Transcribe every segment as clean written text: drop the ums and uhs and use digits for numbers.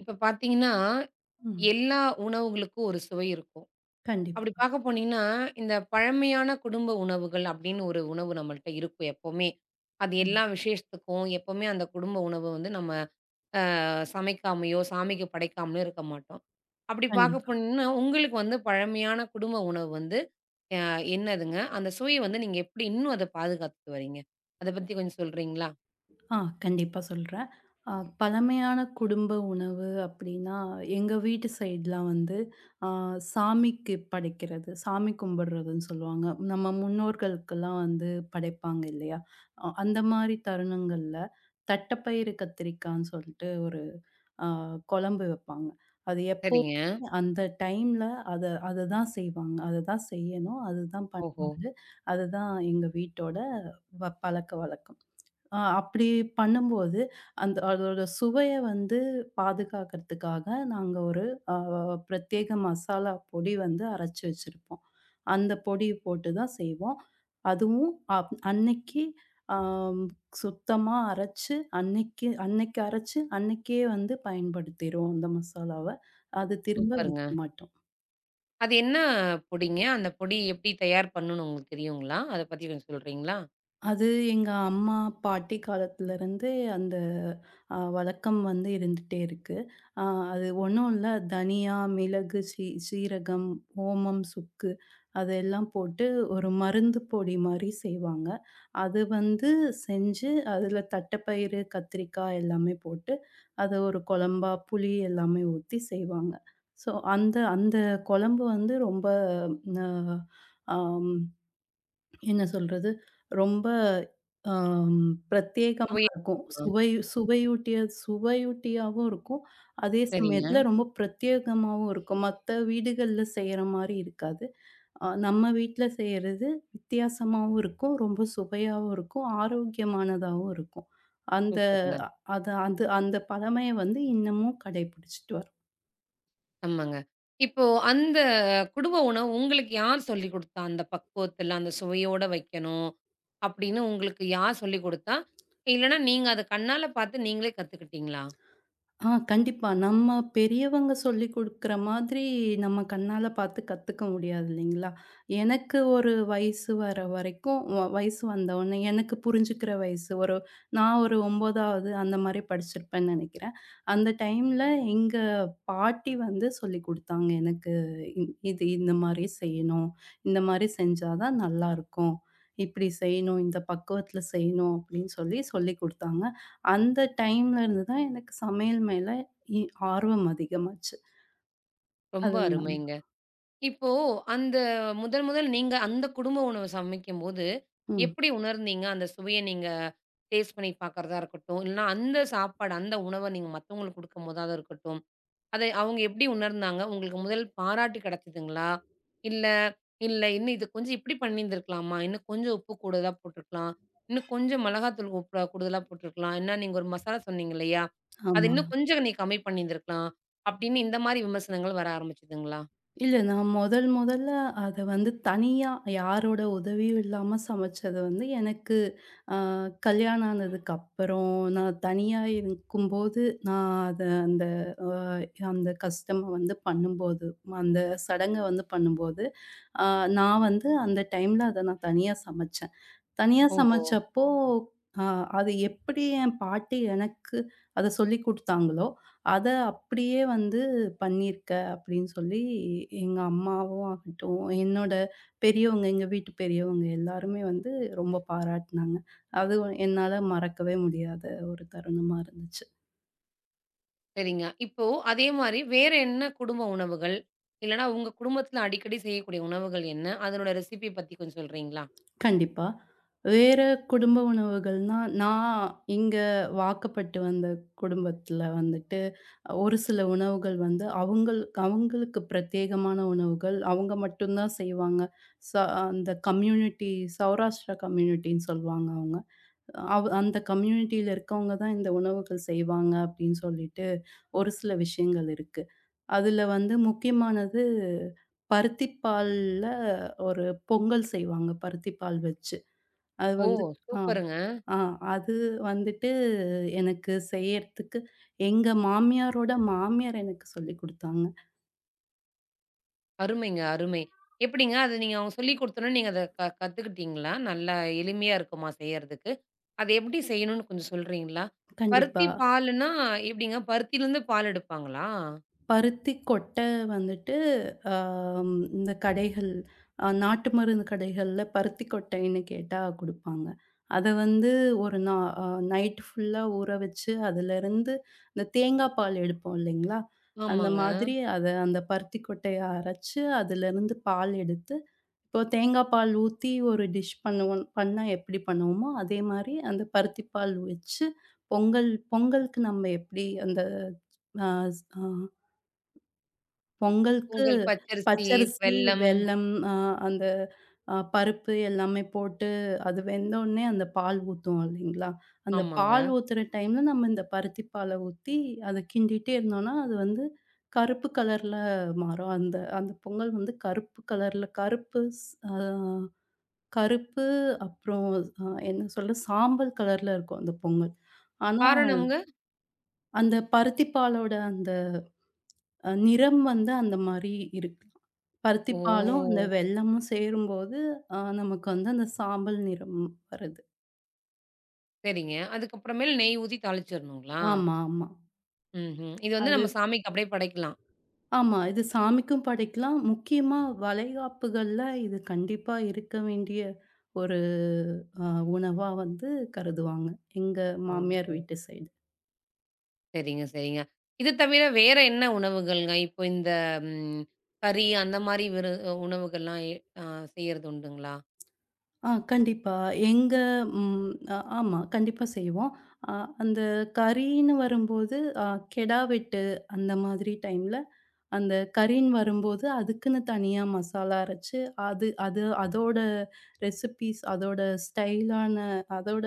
இப்ப பார்த்தீங்கன்னா, ம். எல்லா உணவுகளுக்கும் ஒரு சுவை இருக்கும். அப்படி கண்டிப்பா. பார்க்க போனீங்கன்னா, இந்த பழமையான குடும்ப உணவுகள் அப்படின்னு ஒரு உணவு நம்மள்ட்ட இருக்கும் எப்பவுமே. அது ம். எல்லா விசேஷத்துக்கும் எப்பவுமே அந்த குடும்ப உணவு வந்து நம்ம சமைக்காமயோ, சாமிக்கு படைக்காமலோ இருக்க மாட்டோம். அப்படி பார்க்க கண்டிப்பா. போனீங்கன்னா, உங்களுக்கு வந்து பழமையான குடும்ப உணவு வந்து அ என்னதுங்க? அந்த சுவைய வந்து நீங்க எப்படி இன்னும் அத பாதுகாத்துட்டு வரீங்க? அத பத்தி கொஞ்சம் சொல்றீங்களா? ஆ கண்டிப்பா சொல்றேன். அ பழமையான குடும்ப உணவு அப்டின்னா, எங்க வீட்டு சைட்லாம் வந்து அ சாமிக்கு படைக்கிறது, சாமி கும்பிடுறதுன்னு சொல்லுவாங்க. நம்ம முன்னோர்களுக்கெல்லாம் வந்து படைப்பாங்க இல்லையா? அந்த மாரி தருணங்கள்ல தட்டப்பயிறு கத்திரிக்கான்னு சொல்ட்டு ஒரு அ குழம்பு வைப்பாங்க. அது எப்போ சரிங்க. அந்த டைம்ல அத அத தான் செய்வாங்க. அத தான் செய்யணும். அதுதான் ஓஹோ! பண்பாடு. அதுதான் எங்க வீட்டோட பழக்கவழக்கம். அப்படி பண்ணும்போது, அந்த அதோட சுவைய வந்து பாதுகாக்கிறதுக்காக, நாங்க ஒரு அ பிரத்யேக மசாலா பொடி வந்து அரைச்சு வச்சிருப்போம். அந்த பொடி போட்டு தான் செய்வோம். அதுவும் அன்னைக்கு ஆம் சுத்தமா அரைச்சு, அன்னைக்கு அன்னைக்கு அரைச்சு, அன்னைக்கே வந்து பயன்படுத்திருவோம் அந்த மசாலாவ. அது திரும்ப சூப்பருங்க. விக்க மாட்டோம். அது என்ன பொடிங்க? அந்த பொடி எப்படி தயார் பண்ணணும்னு உங்களுக்கு தெரியுங்களா? அத பத்தி கொஞ்சம் சொல்றீங்களா? அது எங்க அம்மா, பாட்டி காலத்துலருந்தே அந்த வழக்கம் வந்து இருந்துட்டே இருக்கு. அ அது ஒண்ணும் இல்ல. தனியா, மிளகு, சீரகம், ஓமம், சுக்கு அதெல்லாம் போட்டு ஒரு மருந்து பொடி மாரி செய்வாங்க. அது வந்து செஞ்சு அதுல தட்டைப்பயிறு, கத்திரிக்காய் எல்லாமே போட்டு அத ஒரு குழம்பா புளி எல்லாமே ஊத்தி செய்வாங்க. ஸோ அந்த அந்த குழம்பு வந்து ரொம்ப ந ஆம் என்ன சொல்றது? ரொம்ப அம் பிரத்யேகமா சுவையா இருக்கும். இருக்குமா? சுவை சுவையூட்டிய சுவையூட்டியாவும் இருக்கும். அதே சரிங்க. சமயத்தில ரொம்ப பிரத்யேகமாவும் இருக்கும். மத்த வீடுகள்ல செய்ற மாரி இருக்காது. நம்ம வீட்ல செய்றது வித்தியாசமாவும் இருக்கும். ரொம்ப சுவையாவும் இருக்கும். ஆரோக்கியமானதாவும் இருக்கும். அந்த சூப்பருங்க. அது அது அந்த பழமைய வந்து இன்னமும் கடைபிடிச்சுட்டு வர்றோம். ஆமாங்க. இப்போ அந்த குடும்ப உணவு உங்களுக்கு யார் சொல்லிக் குடுத்தா? அந்த பக்குவத்துல, அந்த சுவையோட வைக்கணும் அப்படின்னு உங்களுக்கு யார் சொல்லிக் குடுத்தா? இல்லன்னா நீங்க அத கண்ணால பார்த்து நீங்களே கத்துக்கிட்டீங்களா? ஆ கண்டிப்பா. நம்ம பெரியவங்க சொல்லிக் குடுக்குற மாதிரி நம்ம கண்ணால பார்த்து கத்துக்க முடியாது இல்லைங்களா? எனக்கு ஒரு வயசு வர வரைக்கும் வயசு வந்தவுனே எனக்கு புரிஞ்சுக்கிற வயசு ஒரு நான் ஒரு 9வது அந்த மாரி படிச்சிருப்பேன்னு நெனைக்கிறேன். அந்த டைம்ல எங்க பாட்டி வந்து சொல்லிக் குடுத்தாங்க எனக்கு. இது இந்த மாரி செய்யணும். இந்த மாரி செஞ்சா தான் நல்லாருக்கும். இப்படி செய்யணும். இந்த பக்குவத்துல செய்யணும் அப்படின்னு சொல்லி சொல்லிக் குடுத்தாங்க. அந்த டைம்ல இருந்து தான் எனக்கு சமையல் மேல இ ஆர்வம் அதிகமாச்சு. ரொம்ப அதுதான். அருமைங்க. இப்போ அந்த முதல் முதல் நீங்க அந்த குடும்ப உணவு சமைக்கும்போது, ம். எப்படி உணர்ந்தீங்க? அந்த சுவைய நீங்க டேஸ்ட் பண்ணி பார்க்கிறதா இருக்கட்டும், இல்லன்னா அந்த சாப்பாடு, அந்த உணவ நீங்க மத்தவங்களுக்கு குடுக்கும்போதாவது இருக்கட்டும், அதை அவங்க எப்படி உணர்ந்தாங்க? உங்களுக்கு முதல் பாராட்டு கிடைச்சதுங்களா? இல்ல, இல்ல இன்னும் இது கொஞ்சம் இப்படி பண்ணியிருந்திருக்கலாமா? இன்னும் கொஞ்சம் உப்பு கூடுதலா போட்டுருக்கலாம். இன்னும் கொஞ்சம் மிளகாத்தூள் உப்பு கூடுதலா போட்டுருக்கலாம். ஏன்னா நீங்க ஒரு மசாலா சொன்னீங்க இல்லையா? அது ஆமா. இன்னும் கொஞ்சம் நீ கம்மி பண்ணியிருந்திருக்கலாம். அப்படின்னு இந்த மாரி விமர்சனங்கள் வர ஆரம்பிச்சதுங்களா? இல்ல நான் முதல் முதல்ல அத வந்து தனியா யாரோட உதவியும் இல்லாம சமைச்சது வந்து எனக்கு அ கல்யாணம் ஆனதுக்கு அப்புறம் நான் தனியா இருக்கும்போது, நான் அத அந்த அ அந்த கஷ்டம வந்து பண்ணும்போது, அந்த சடங்க வந்து பண்ணும்போது, அ நான் வந்து அந்த டைம்ல அத நான் தனியா சமைச்சேன். தனியா ஓஹோ! சமைச்சப்போ, அ அது எப்படி என் பாட்டி எனக்கு அத சொல்லிக் குடுத்தாங்களோ, அத அப்படியே வந்து பண்ணியிருக்க அப்படின்னு சொல்லி எங்க அம்மாவும் ஆகட்டும், என்னோட பெரியவங்க, எங்க வீட்டு பெரியவங்க எல்லாருமே வந்து ரொம்ப பாராட்டுனாங்க. அது என்னால மறக்கவே முடியாத ஒரு தருணமா இருந்துச்சு. சரிங்க. இப்போ அதே மாரி வேற என்ன குடும்ப உணவுகள்? இல்லன்னா உங்க குடும்பத்துல அடிக்கடி செய்யக்கூடிய உணவுகள் என்ன? அதனோட ரெசிபி பத்தி கொஞ்சம் சொல்றீங்களா? கண்டிப்பா. வேற குடும்ப உணவுகள்னா, நான் இங்க வாக்கப்பட்டு வந்த குடும்பத்துல வந்துட்டு ஒரு சில உணவுகள் வந்து அவங்களுக்கு பிரத்யேகமான உணவுகள். அவங்க மட்டும் தான் செய்வாங்க. ச அந்த கம்யூனிட்டி சௌராஷ்டிரா கம்யூனிட்டின்னு சொல்லுவாங்க அவங்க. அந்த கம்யூனிட்டியில இருக்கவங்க தான் இந்த உணவுகள் செய்வாங்க அப்படின்னு சொல்லிட்டு ஒரு சில விஷயங்கள் இருக்கு. அதுல வந்து முக்கியமானது பருத்திப்பால்ல ஒரு பொங்கல் செய்வாங்க. பருத்திப்பால் வச்சு. அது ஓ! வந்து ஆ, சூப்பருங்க. ஆ அது வந்துட்டு எனக்கு செய்யறதுக்கு எங்க மாமியாரோட மாமியார் எனக்கு சொல்லிக் குடுத்தாங்க. அருமைங்க, அருமை. எப்படிங்க அது நீங்க அவங்க சொல்லிக் குடுத்தோனே நீங்க அத கத்துக்கிட்டீங்களா? நல்லா எளிமையா இருக்குமா செய்யறதுக்கு? அத எப்படி செய்யணும்னு கொஞ்சம் சொல்றீங்களா? பருத்தி கண்டிப்பா. பாலுன்னா எப்படிங்க? பருத்தியிலருந்து பால் எடுப்பாங்களா? பருத்தி கொட்டை வந்துட்டு இந்த கடைகள் நாட்டு மருந்து கடைகள்ல பருத்தி கொட்டைன்னு கேட்டா குடுப்பாங்க. அத வந்து ஒரு நா அ நைட் ஃபுல்லா ஊற வச்சு அதிலருந்து இந்த தேங்காய் பால் எடுப்போம் இல்லைங்களா? அந்த ஆமாங்க. மாதிரி அத அந்த பருத்தி கொட்டைய அரைச்சு அதிலருந்து பால் எடுத்து இப்போ தேங்காய் பால் ஊத்தி ஒரு டிஷ் பண்ணுவோம் பண்ணா எப்படி பண்ணுவோமோ, அதே மாரி அந்த பருத்தி பால் வச்சு பொங்கலுக்கு நம்ம எப்படி அந்த அ அ பொங்கலுக்கு பொங்கல் பச்சரிசி, பச்சரிசி, வெல்லம். வெல்லம் அ அந்த பருப்பு எல்லாமே போட்டு அது வெந்தோனே அந்த பால் ஊத்துவோம் இல்லைங்களா? அந்த ஆமாங்க. பால் ஊத்துற டைம்ல நம்ம இந்த பருத்தி பால ஊத்தி அத கிண்டிட்டே இருந்தோம்னா, அது வந்து கருப்பு கலர்ல மாறும். அந்த அந்த பொங்கல் வந்து கருப்பு கலர்ல கருப்பு ஸ் அ கருப்பு அப்புறம் என்ன சொல்ல சாம்பல் கலர்ல இருக்கும் அந்த பொங்கல். ஆனா, காரணம்ங்க? அந்த பருத்தி பாலோட அந்த நிறம் வந்து அந்த மாரி இருக்கு. பருத்தி பாலும், அந்த ஓ! வெல்லமும் சேரும்போது, நமக்கு வந்து அந்த சாம்பல் நிறம் வருது. சரிங்க. அதுக்கப்புறமேல் நெய் ஊத்தி தாளிச்சிரணுங்களா? ஆமா, ஆமா. ம்ஹ்ம். இது வந்து நம்ம அது சாமிக்கு அப்படியே படைக்கலாம். ஆமா. இது சாமிக்கும் படைக்கலாம். முக்கியமா வளைகாப்புகள்ல இது கண்டிப்பா இருக்க வேண்டிய ஒரு அ உணவா வந்து கருதுவாங்க. எங்க மாமியார் ஓஹோ! வீட்டு சைடு. சரிங்க, சரிங்க. இது தவிர வேற என்ன உணவுகள்ங்க? இப்போ இந்த ம் கறி அந்த மாரி உணவுகள்லாம் அ செய்யறது உண்டுங்களா? ஆ கண்டிப்பா. எங்க ம் அ ஆமா. கண்டிப்பா செய்வோம். அ அந்த கறின்னு வரும்போது, அ கெடா வெட்டு அந்த மாதிரி டைம்ல, அந்த கறின்னு வரும்போது, அதுக்குன்னு தனியா மசாலா அரைச்சு, அது அது அதோட ரெசிபீஸ் அதோட ஸ்டைலான அதோட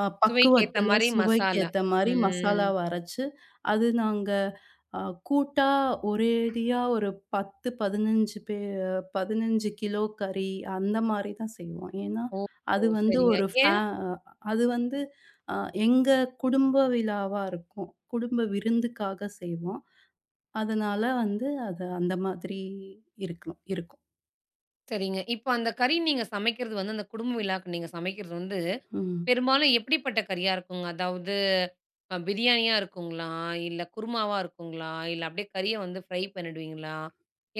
சுவைக்கு ஏத்த பக்குவத்துல மாரி சுவைக்கு மசாலா. ஏத்த மாரி ம். மசாலாவ அரைச்சு, அது நாங்க அ கூட்டா ஒரேடியா ஒரு 10, 15 கிலோ கறி அந்த மாரி தான் செய்வோம். ஏன்னா, ஓஹோ! அது வந்து சரிங்க. ஒரு ஃபே ஏன்? அது வந்து அ எங்க குடும்ப விழாவா இருக்கும். குடும்ப விருந்துக்காக செய்வோம். அதனால வந்து அது அந்த மாதிரி இருக்கலாம் இருக்கும். சரிங்க. இப்போ அந்த கறி நீங்க சமைக்கிறது வந்து அந்த குடும்ப விழாக்கு நீங்க சமைக்கிறது வந்து, ம். பெரும்பாலும் எப்படிப்பட்ட கறியா இருக்குங்க? அதாவது பிரியாணியா இருக்குங்களா? இல்ல குருமாவா இருக்குங்களா? இல்ல அப்படியே கறிய வந்து ஃப்ரை பண்ணிடுவீங்களா?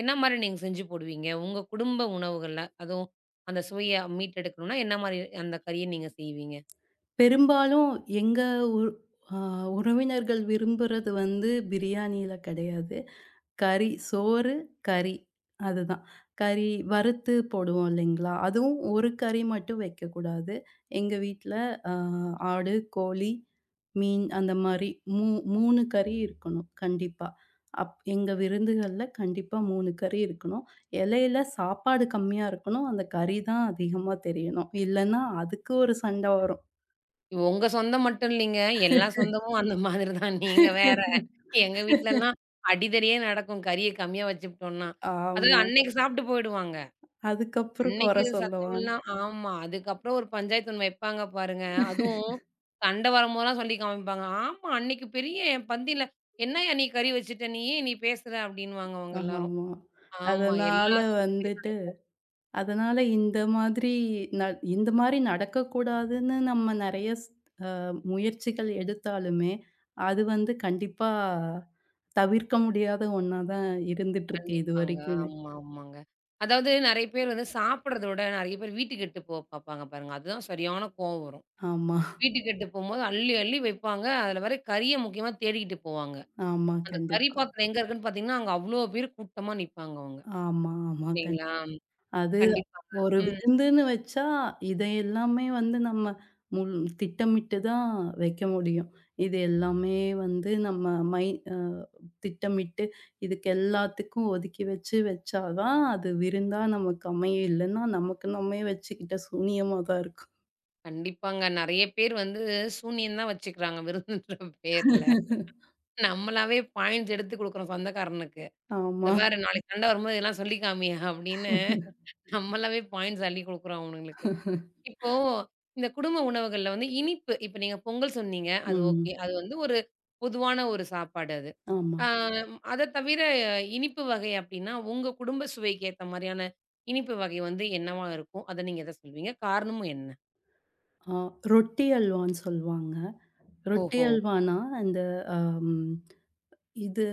என்ன மாரி நீங்க செஞ்சு போடுவீங்க? உங்க குடும்ப உணவுகள்ல, அதுவும் அந்த சுவைய மீட்டெடுக்கணும்னா, என்ன மாரி அந்த கறிய நீங்க செய்வீங்க? பெரும்பாலும் எங்க உற் அ உறவினர்கள் விரும்புறது வந்து பிரியாணியில கிடையாது. கறி, சோறு, கறி அதுதான். கறி வறுத்து போடுவோம் இல்லைங்களா? அதுவும் ஒரு கறி மட்டும் வைக்கக்கூடாது. எங்க வீட்ல அ ஆடு, கோழி, மீன் அந்த மாரி மூ 3 கறி இருக்கணும் கண்டிப்பா. எங்க விருந்துகள்ல கண்டிப்பா 3 கறி இருக்கணும். இலையில சாப்பாடு கம்மியா இருக்கணும். அந்த கறி தான் அதிகமா தெரியணும். இல்லன்னா அதுக்கு ஒரு சண்டை வரும். உங்க சொந்தம் மட்டும் இல்லைங்க. எல்லா சொந்தமும் அந்த மாதிரி தான். நீங்க வேற. எங்க வீட்லலாம் அடிதடியே நடக்கும். கறிய கம்மியா வச்சுப்புட்டோம்னா. அது ஆமா. அன்னைக்கு சாப்பிட்டு போயிடுவாங்க. அதுக்கப்புறம் கொற அன்னைக்கு சொல்லுவாங்க. சத்தமெல்லாம் ஆமா. அதுக்கப்புறம் ஒரு பஞ்சாயத்து ஒண்ணு வைப்பாங்க பாருங்க. அதுவும் சண்ட வரும்போதெல்லாம் சொல்லி காமிப்பாங்க. ஆமா, அன்னைக்கு பெரிய என் பந்தியில, "என்னய்யா நீ கறி வச்சுட்ட? நீ ஏன் நீ பேசுற?" அப்படின்னுவாங்க அவங்க எல்லாரும். ஆமா. ஆமா. அதனால எல்லா சேர்ந்து வந்துட்டு அதனால இந்த மாதிரி ந இந்த மாரி நடக்கக்கூடாதுன்னு நம்ம நெறைய ஸ் அ முயற்சிகள் எடுத்தாலுமே, அது வந்து கண்டிப்பா தவிர்க்க முடியாத ஒண்ணா தான் இருந்துட்டுருக்கு கண்டிப்பாங்க. இதுவரைக்குமே. ஆமா, ஆமாங்க. அதாவது நெறைய பேர் வந்து சாப்பிடுறத விட நெறைய பேர் வீட்டுக்கு எட்டு போக பார்ப்பாங்க பாருங்க. அதுதான் சரியான கோவம் வரும். ஆமா, வீட்டுக்கு எட்டு போம்போது அள்ளி, அள்ளி வைப்பாங்க. அதுல வேற கறிய முக்கியமா தேடிக்கிட்டு போவாங்க. ஆமா. அந்த கறி கண்டிப்பா. பாத்திரம் எங்க இருக்குன்னு பார்த்தீங்கன்னா, அங்க அவ்ளோ பேர் கூட்டமா நிப்பாங்க அவங்க. ஆமா, ஆமா. கண்டிப்பா. இல்லைங்களா? அது கண்டிப்பாங்க. ஒரு ம். விருந்துன்னு வச்சா, இதை எல்லாமே வந்து நம்ம முன் திட்டமிட்டு தான் வைக்க முடியும். இது எல்லாமே வந்து நம்ம மை அ திட்டமிட்டு இதுக்கு எல்லாத்துக்கும் ஒதுக்கி வச்சு வச்சா தான், அது விருந்தா நமக்கு அமையும். இல்லன்னா நமக்கு நம்மே வச்சுக்கிட்ட சூனியமா தான் இருக்கும். கண்டிப்பாங்க. நெறைய பேர் வந்து சூனியம் தான் வச்சுக்கிறாங்க விருந்துன்ற பேர்ல. நம்மளாவே பாயிண்ட்ஸ் எடுத்து குடுக்குறோம் சொந்தக்காரனுக்கு. "இந்த ஆமா. பாரு நாளைக்கு சண்டை வரும்போது இதெல்லாம் சொல்லி காமியா" அப்படின்னு நம்மளாவே பாயிண்ட்ஸ் அள்ளி குடுக்குறோம் அவனுங்களுக்கு. இப்போ இந்த குடும்ப உணவுகள்ல வந்து இனிப்பு இப்ப நீங்க பொங்கல் சொன்னீங்க. அது ஓகே. ம். அது வந்து ஒரு பொதுவான ஒரு சாப்பாடு அது. ஆமா. ஆ அத தவிர இனிப்பு வகை அப்படின்னா, உங்க குடும்ப சுவைக்கு ஏத்த மாரியான இனிப்பு வகை வந்து என்னவா இருக்கும்? அத நீங்க எத சொல்வீங்க? காரணமும் என்ன? அ ரொட்டி அல்வான்னு சொல்லுவாங்க. ரொட்டி ஓஹோ! அல்வான்னா, இந்த அம் இது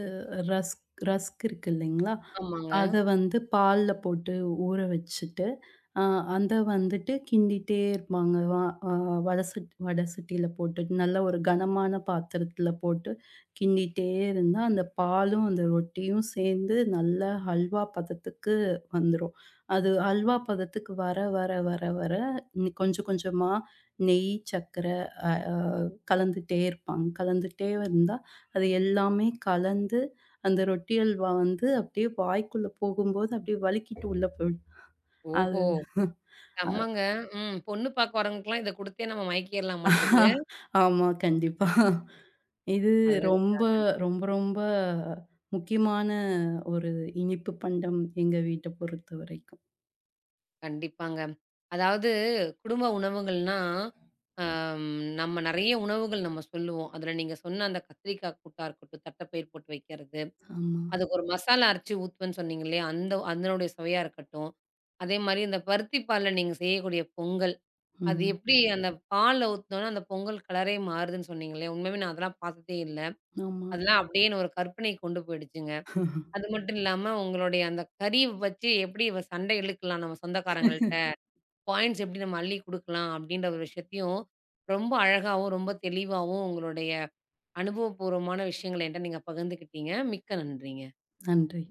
ரஸ்க் ரஸ்க் இருக்கு இல்லைங்களா? ஆமாங்க. அத வந்து பால்ல போட்டு ஊற வச்சுட்டு, அ அத வந்துட்டு கிண்டிட்டே இருப்பாங்க. வ அ வட சட் வட சட்டியில போட்டு நல்ல ஒரு கனமான பாத்திரத்தில போட்டு கிண்டிட்டே இருந்தா, அந்த பாலும் அந்த ரொட்டியும் சேர்ந்து நல்லா ஹல்வா பதத்துக்கு வந்துரும். அது ஹல்வா பதத்துக்கு வர வர வர வர கொஞ்சம் கொஞ்சமா நெய், சர்க்கரை அ அ கலந்துட்டே இருப்பாங்க. கலந்துட்டே இருந்தா, அது எல்லாமே கலந்து அந்த ரொட்டி அல்வா வந்து அப்படியே வாய்க்குள்ள போகும்போது அப்படியே வழுக்கிட்டு உள்ள போயிடும். அது ஓஹோ! செம்மங்க. ம். பொண்ணு பாக்க வரவங்களுக்குலாம் இத குடுத்தே நம்ம மயக்கிர்லாமாட்ருக்கு. ஆமா, கண்டிப்பா. இது அழகுங்க, ரொம்ப, அழகு. ரொம்ப முக்கியமான ஒரு இனிப்பு பண்டம் எங்க வீட்ட பொறுத்தவரைக்கும். கண்டிப்பாங்க. அதாவது குடும்ப உணவுகள்னா, அம் நம்ம நெறைய உணவுகள் நம்ம சொல்லுவோம். அதுல நீங்க சொன்ன அந்த கத்திரிக்காய் கூட்டா இருக்கட்டும், தட்டப்பயிர் போட்டு வைக்கிறது, ஆமா. அதுக்கு ஒரு மசாலா அரைச்சு ஊத்துவேன்னு சொன்னீங்க இல்லையா? அந்த அதனுடைய சுவையா இருக்கட்டும். அதே மாரி இந்த பருத்தி பால்ல நீங்க செய்யக்கூடிய பொங்கல், அது ம். எப்படி அந்த பால்ல ஊத்துனோனே அந்த பொங்கல் கலரே மாறுதுன்னு சொன்னீங்க இல்லையா? உண்மையாவே நான் அதெல்லாம் பாத்ததே இல்ல. ஆமா. அதெல்லாம் அப்படியே என்ன ஒரு கற்பனைக்கு கொண்டு போயிடுச்சுங்க. அது மட்டும் இல்லாம, உங்களுடைய அந்த கறி வச்சு எப்படி சண்டை இழுக்கலாம் நம்ம சொந்தக்காரங்கள்ட்ட? பாயிண்ட்ஸ் எப்படி நம்ம அள்ளி குடுக்கலாம்? அப்படின்ற ஒரு விஷயத்தையும், ரொம்ப அழகாவும், ரொம்ப தெளிவாவும் உங்களுடைய அனுபவபூர்வமான விஷயங்கள என்ட்ட நீங்க பகிர்ந்துக்கிட்டீங்க. மிக்க நன்றி. நன்றி.